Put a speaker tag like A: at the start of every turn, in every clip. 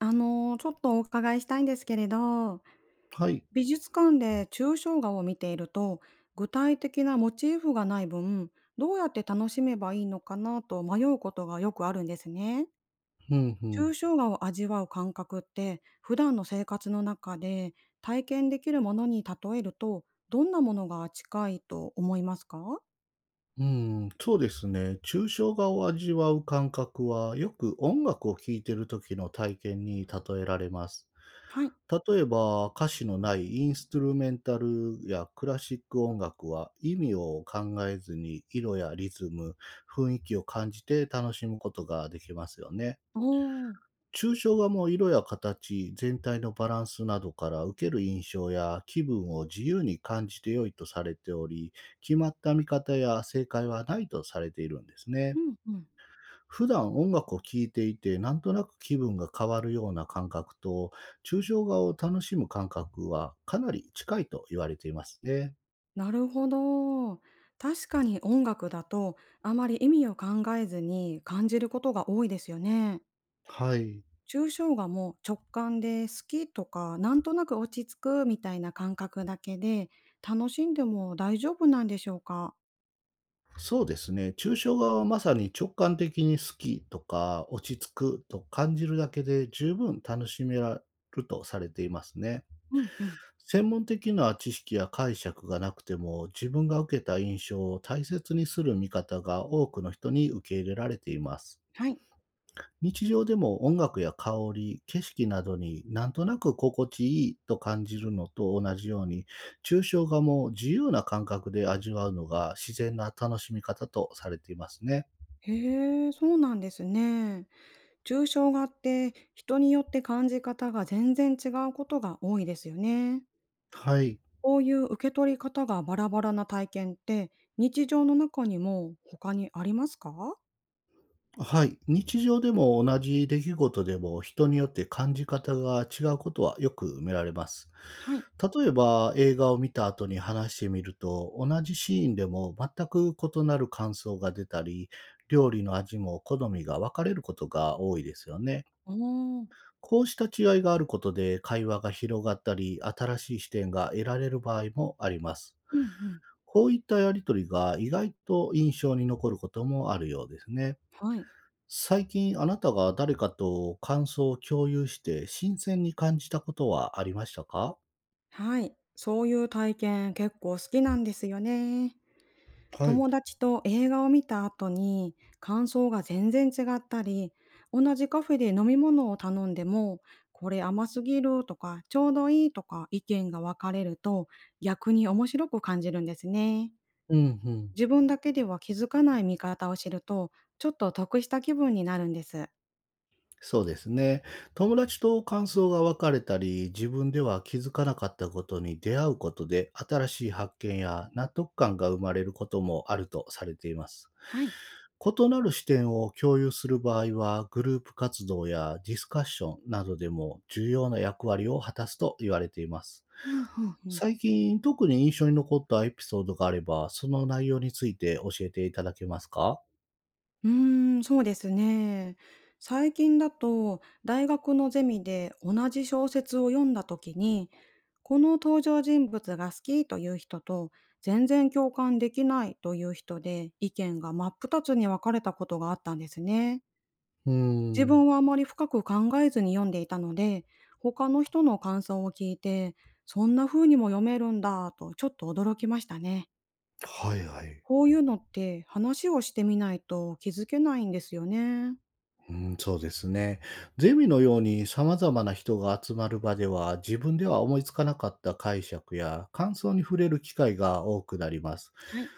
A: ちょっとお伺いしたいんですけれど、
B: はい。
A: 美術館で抽象画を見ていると、具体的なモチーフがない分、どうやって楽しめばいいのかなと迷うことがよくあるんですね。
B: うん、うん。
A: 抽象画を味わう感覚って、普段の生活の中で体験できるものに例えると、どんなものが近いと思いますか？
B: うん、そうですね。抽象画を味わう感覚は、よく音楽を聴いてる時の体験に例えられます。
A: はい。
B: 例えば、歌詞のないインストゥルメンタルやクラシック音楽は、意味を考えずに色やリズム、雰囲気を感じて楽しむことができますよね。
A: おー。
B: 抽象画も色や形、全体のバランスなどから受ける印象や気分を自由に感じて良いとされており、決まった見方や正解はないとされているんです
A: う
B: ね。
A: んうん。
B: 普段音楽を聴いていて、なんとなく気分が変わるような感覚と、抽象画を楽しむ感覚はかなり近いと言われていますね。
A: なるほど。確かに音楽だとあまり意味を考えずに感じることが多いですよね。
B: はい。
A: 抽象画も直感で好きとかなんとなく落ち着くみたいな感覚だけで楽しんでも大丈夫なんでしょうか？
B: そうですね。抽象画はまさに直感的に好きとか落ち着くと感じるだけで十分楽しめられるとされていますね。
A: うんうん。
B: 専門的な知識や解釈がなくても、自分が受けた印象を大切にする見方が多くの人に受け入れられています。
A: はい。
B: 日常でも音楽や香り、景色などになんとなく心地いいと感じるのと同じように、抽象画も自由な感覚で味わうのが自然な楽しみ方とされていますね。
A: へえ、そうなんですね。抽象画って人によって感じ方が全然違うことが多いですよね。
B: はい。
A: こういう受け取り方がバラバラな体験って、日常の中にも他にありますか？
B: はい。日常でも同じ出来事でも人によって感じ方が違うことはよく見られます。
A: はい。
B: 例えば映画を見た後に話してみると、同じシーンでも全く異なる感想が出たり、料理の味も好みが分かれることが多いですよね。
A: おー。
B: こうした違いがあることで会話が広がったり、新しい視点が得られる場合もあります。
A: うんうん。
B: こういったやりとりが意外と印象に残ることもあるようですね。
A: はい。
B: 最近あなたが誰かと感想を共有して新鮮に感じたことはありましたか？
A: はい。そういう体験結構好きなんですよね。
B: はい。
A: 友達と映画を見た後に感想が全然違ったり、同じカフェで飲み物を頼んでも、これ甘すぎるとか、ちょうどいいとか意見が分かれると、逆に面白く感じるんですね。
B: うんうん。
A: 自分だけでは気づかない見方を知ると、ちょっと得した気分になるんです。
B: そうですね。友達と感想が分かれたり、自分では気づかなかったことに出会うことで、新しい発見や納得感が生まれることもあるとされています。
A: はい。
B: 異なる視点を共有する場合は、グループ活動やディスカッションなどでも重要な役割を果たすと言われています。
A: うんうんうん。
B: 最近特に印象に残ったエピソードがあれば、その内容について教えていただけますか？
A: うーん、そうですね。最近だと大学のゼミで同じ小説を読んだ時に、この登場人物が好きという人と全然共感できないという人で意見が真っ二つに分かれたことがあったんですね。
B: うー
A: 自
B: ん。
A: 分はあまり深く考えずに読んでいたので、他の人の感想を聞いて、そんな風にも読めるんだとちょっと驚きましたね。
B: はいはい。
A: こういうのって話をしてみないと気づけないんですよね。
B: うーん、そうですね。ゼミのように様々な人が集まる場では、自分では思いつかなかった解釈や感想に触れる機会が多くなります。
A: はい。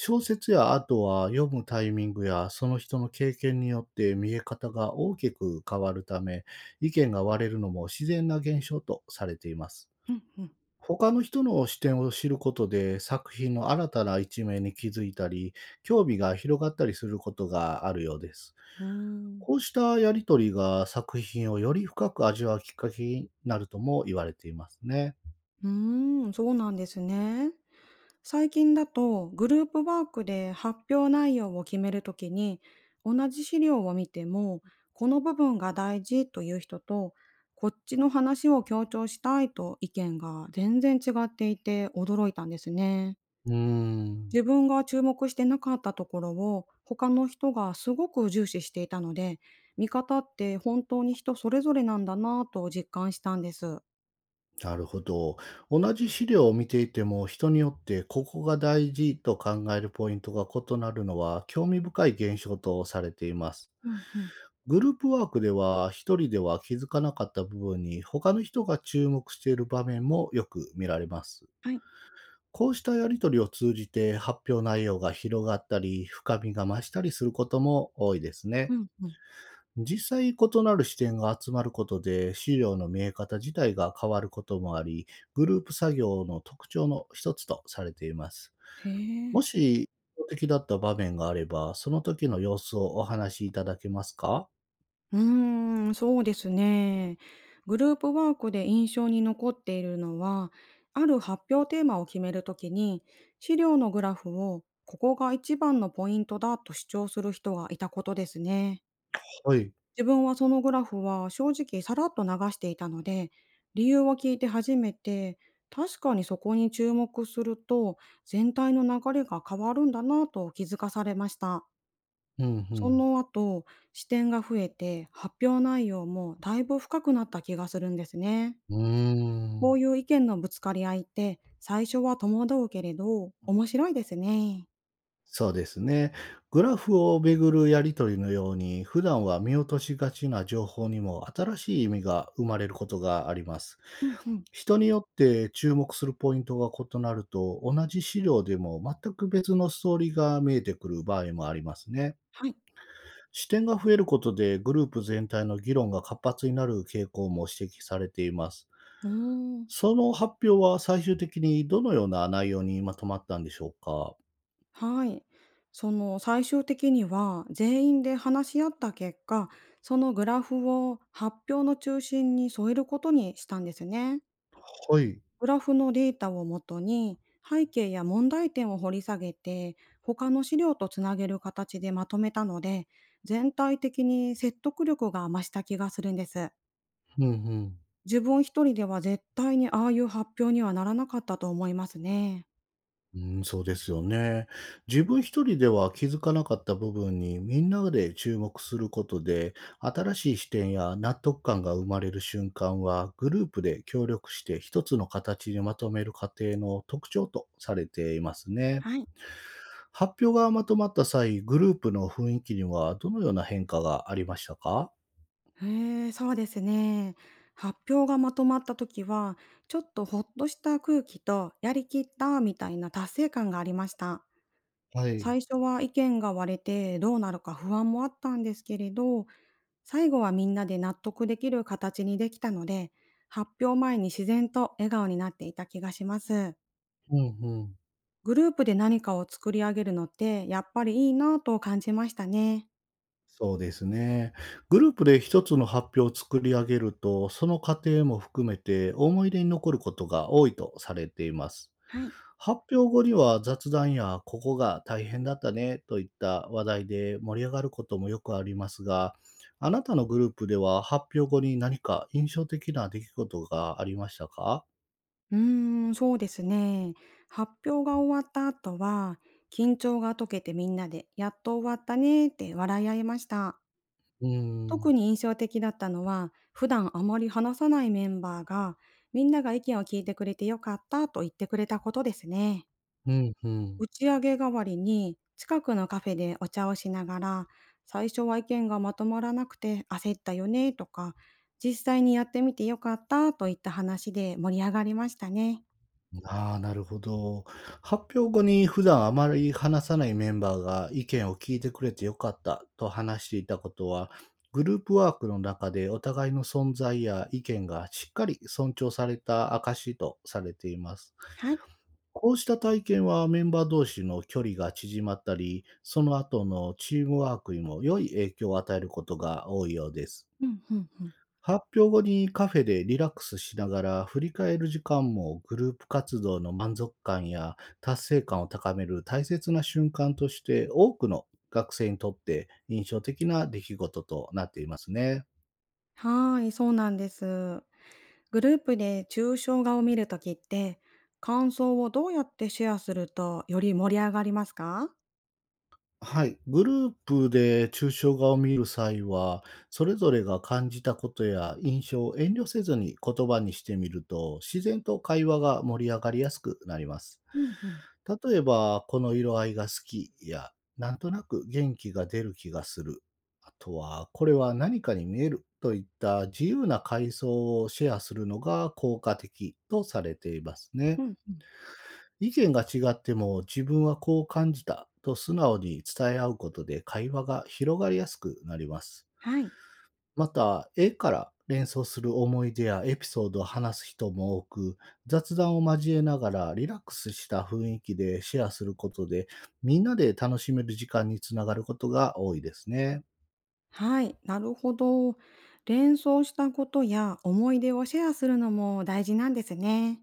B: 小説やあとは読むタイミングやその人の経験によって見え方が大きく変わるため、意見が割れるのも自然な現象とされています。
A: うんうん。
B: 他の人の視点を知ることで、作品の新たな一面に気づいたり、興味が広がったりすることがあるようです。
A: うーん。
B: こうしたやりとりが作品をより深く味わうきっかけになるとも言われていますね。
A: うーん、そうなんですね。最近だとグループワークで発表内容を決めるときに同じ資料を見てもこの部分が大事という人とこっちの話を強調したいと意見が全然違っていて驚いたんですね。
B: うーん、
A: 自分が注目してなかったところを他の人がすごく重視していたので見方って本当に人それぞれなんだなぁと実感したんです。
B: なるほど。同じ資料を見ていても、人によってここが大事と考えるポイントが異なるのは興味深い現象とされています。
A: うんうん。
B: グループワークでは、一人では気づかなかった部分に、他の人が注目している場面もよく見られます。
A: はい。
B: こうしたやりとりを通じて、発表内容が広がったり、深みが増したりすることも多いですね。
A: うんうん。
B: 実際、異なる視点が集まることで、資料の見え方自体が変わることもあり、グループ作業の特徴の一つとされています。
A: へ
B: も
A: え。
B: し、印象的だった場面があれば、その時の様子をお話しいただけますか？
A: うーん、そうですね。グループワークで印象に残っているのは、ある発表テーマを決めるときに、資料のグラフをここが一番のポイントだと主張する人がいたことですね。
B: はい。
A: 自分はそのグラフは正直さらっと流していたので、理由を聞いて初めて、確かにそこに注目すると全体の流れが変わるんだなと気づかされました。
B: うんう
A: そ
B: ん。
A: の後、視点が増えて、発表内容もだいぶ深くなった気がするんですね。
B: うー
A: こ
B: ん。
A: ういう意見のぶつかり合いって、最初は戸惑うけれど、面白いですね。
B: そうですね。グラフをめぐるやりとりのように、普段は見落としがちな情報にも新しい意味が生まれることがあります。
A: うんうん。
B: 人によって注目するポイントが異なると、同じ資料でも全く別のストーリーが見えてくる場合もありますね。
A: はい。
B: 視点が増えることで、グループ全体の議論が活発になる傾向も指摘されています。
A: うーん。
B: その発表は最終的にどのような内容にまとまったんでしょうか？
A: はい。その最終的には全員で話し合った結果、そのグラフを発表の中心に添えることにしたんですね。
B: はい。
A: グラフのデータをもとに背景や問題点を掘り下げて他の資料とつなげる形でまとめたので全体的に説得力が増した気がするんです。
B: うんうん。
A: 自分一人では絶対にああいう発表にはならなかったと思いますね。
B: うん、そうですよね。自分一人では気づかなかった部分にみんなで注目することで、新しい視点や納得感が生まれる瞬間は、グループで協力して一つの形にまとめる過程の特徴とされていますね。
A: はい。
B: 発表がまとまった際、グループの雰囲気にはどのような変化がありましたか？
A: へえ、そうですね。発表がまとまった時はちょっとほっとした空気とやりきったみたいな達成感がありました。
B: はい。
A: 最初は意見が割れてどうなるか不安もあったんですけれど最後はみんなで納得できる形にできたので、発表前に自然と笑顔になっていた気がします。
B: うんうん。
A: グループで何かを作り上げるのってやっぱりいいなぁと感じましたね。
B: そうですね。グループで一つの発表を作り上げると、その過程も含めて思い出に残ることが多いとされています。
A: はい。
B: 発表後には雑談やここが大変だったねといった話題で盛り上がることもよくありますが、あなたのグループでは発表後に何か印象的な出来事がありましたか？
A: うーん、そうですね。発表が終わった後は、緊張が解けてみんなで、やっと終わったねって笑い合いました。
B: うーん、
A: 特に印象的だったのは、普段あまり話さないメンバーが、みんなが意見を聞いてくれてよかったと言ってくれたことですね。
B: うん、うん。
A: 打ち上げ代わりに、近くのカフェでお茶をしながら、最初は意見がまとまらなくて焦ったよねとか、実際にやってみてよかったといった話で盛り上がりましたね。
B: ああ、なるほど。発表後に普段あまり話さないメンバーが意見を聞いてくれてよかったと話していたことは、グループワークの中でお互いの存在や意見がしっかり尊重された証とされています。
A: はい。
B: こうした体験はメンバー同士の距離が縮まったり、その後のチームワークにも良い影響を与えることが多いようです。
A: うん、うんうん。
B: 発表後にカフェでリラックスしながら振り返る時間も、グループ活動の満足感や達成感を高める大切な瞬間として、多くの学生にとって印象的な出来事となっていますね。
A: はーい、そうなんです。グループで抽象画を見るときって、感想をどうやってシェアするとより盛り上がりますか？
B: はい、グループで抽象画を見る際は、それぞれが感じたことや印象を遠慮せずに言葉にしてみると、自然と会話が盛り上がりやすくなります。
A: うん、うん。
B: 例えば、この色合いが好きや、なんとなく元気が出る気がする。あとは、これは何かに見えるといった自由な階層をシェアするのが効果的とされています
A: う
B: ね。
A: ん。うん。
B: 意見が違っても、自分はこう感じたと素直に伝え合うことで会話が広がりやすくなります。
A: はい。
B: また、絵から連想する思い出やエピソードを話す人も多く、雑談を交えながらリラックスした雰囲気でシェアすることで、みんなで楽しめる時間につながることが多いですね。
A: はい、なるほど。連想したことや思い出をシェアするのも大事なんですね。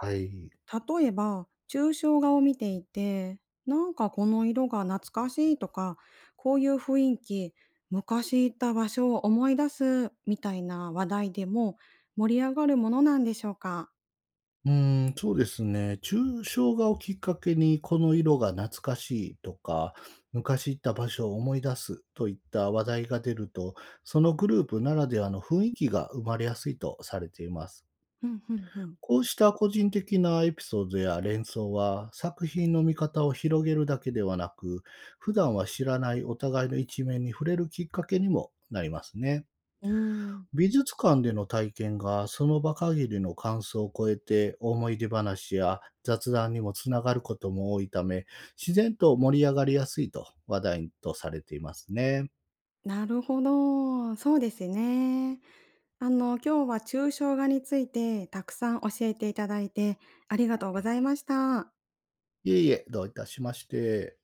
B: はい。
A: 例えば、抽象画を見ていて、なんかこの色が懐かしいとか、こういう雰囲気、昔行った場所を思い出すみたいな話題でも盛り上がるものなんでしょうか。
B: うーん、そうですね。抽象画をきっかけに、この色が懐かしいとか、昔行った場所を思い出すといった話題が出ると、そのグループならではの雰囲気が生まれやすいとされています。
A: うん、うん、うん。
B: こうした個人的なエピソードや連想は、作品の見方を広げるだけではなく、普段は知らないお互いの一面に触れるきっかけにもなりますね。
A: うーん、
B: 美術館での体験がその場限りの感想を超えて、思い出話や雑談にもつながることも多いため、自然と盛り上がりやすいと話題とされていますね。
A: なるほど。そうですね。今日は抽象画についてたくさん教えていただいてありがとうございました。
B: いえいえ、どういたしまして。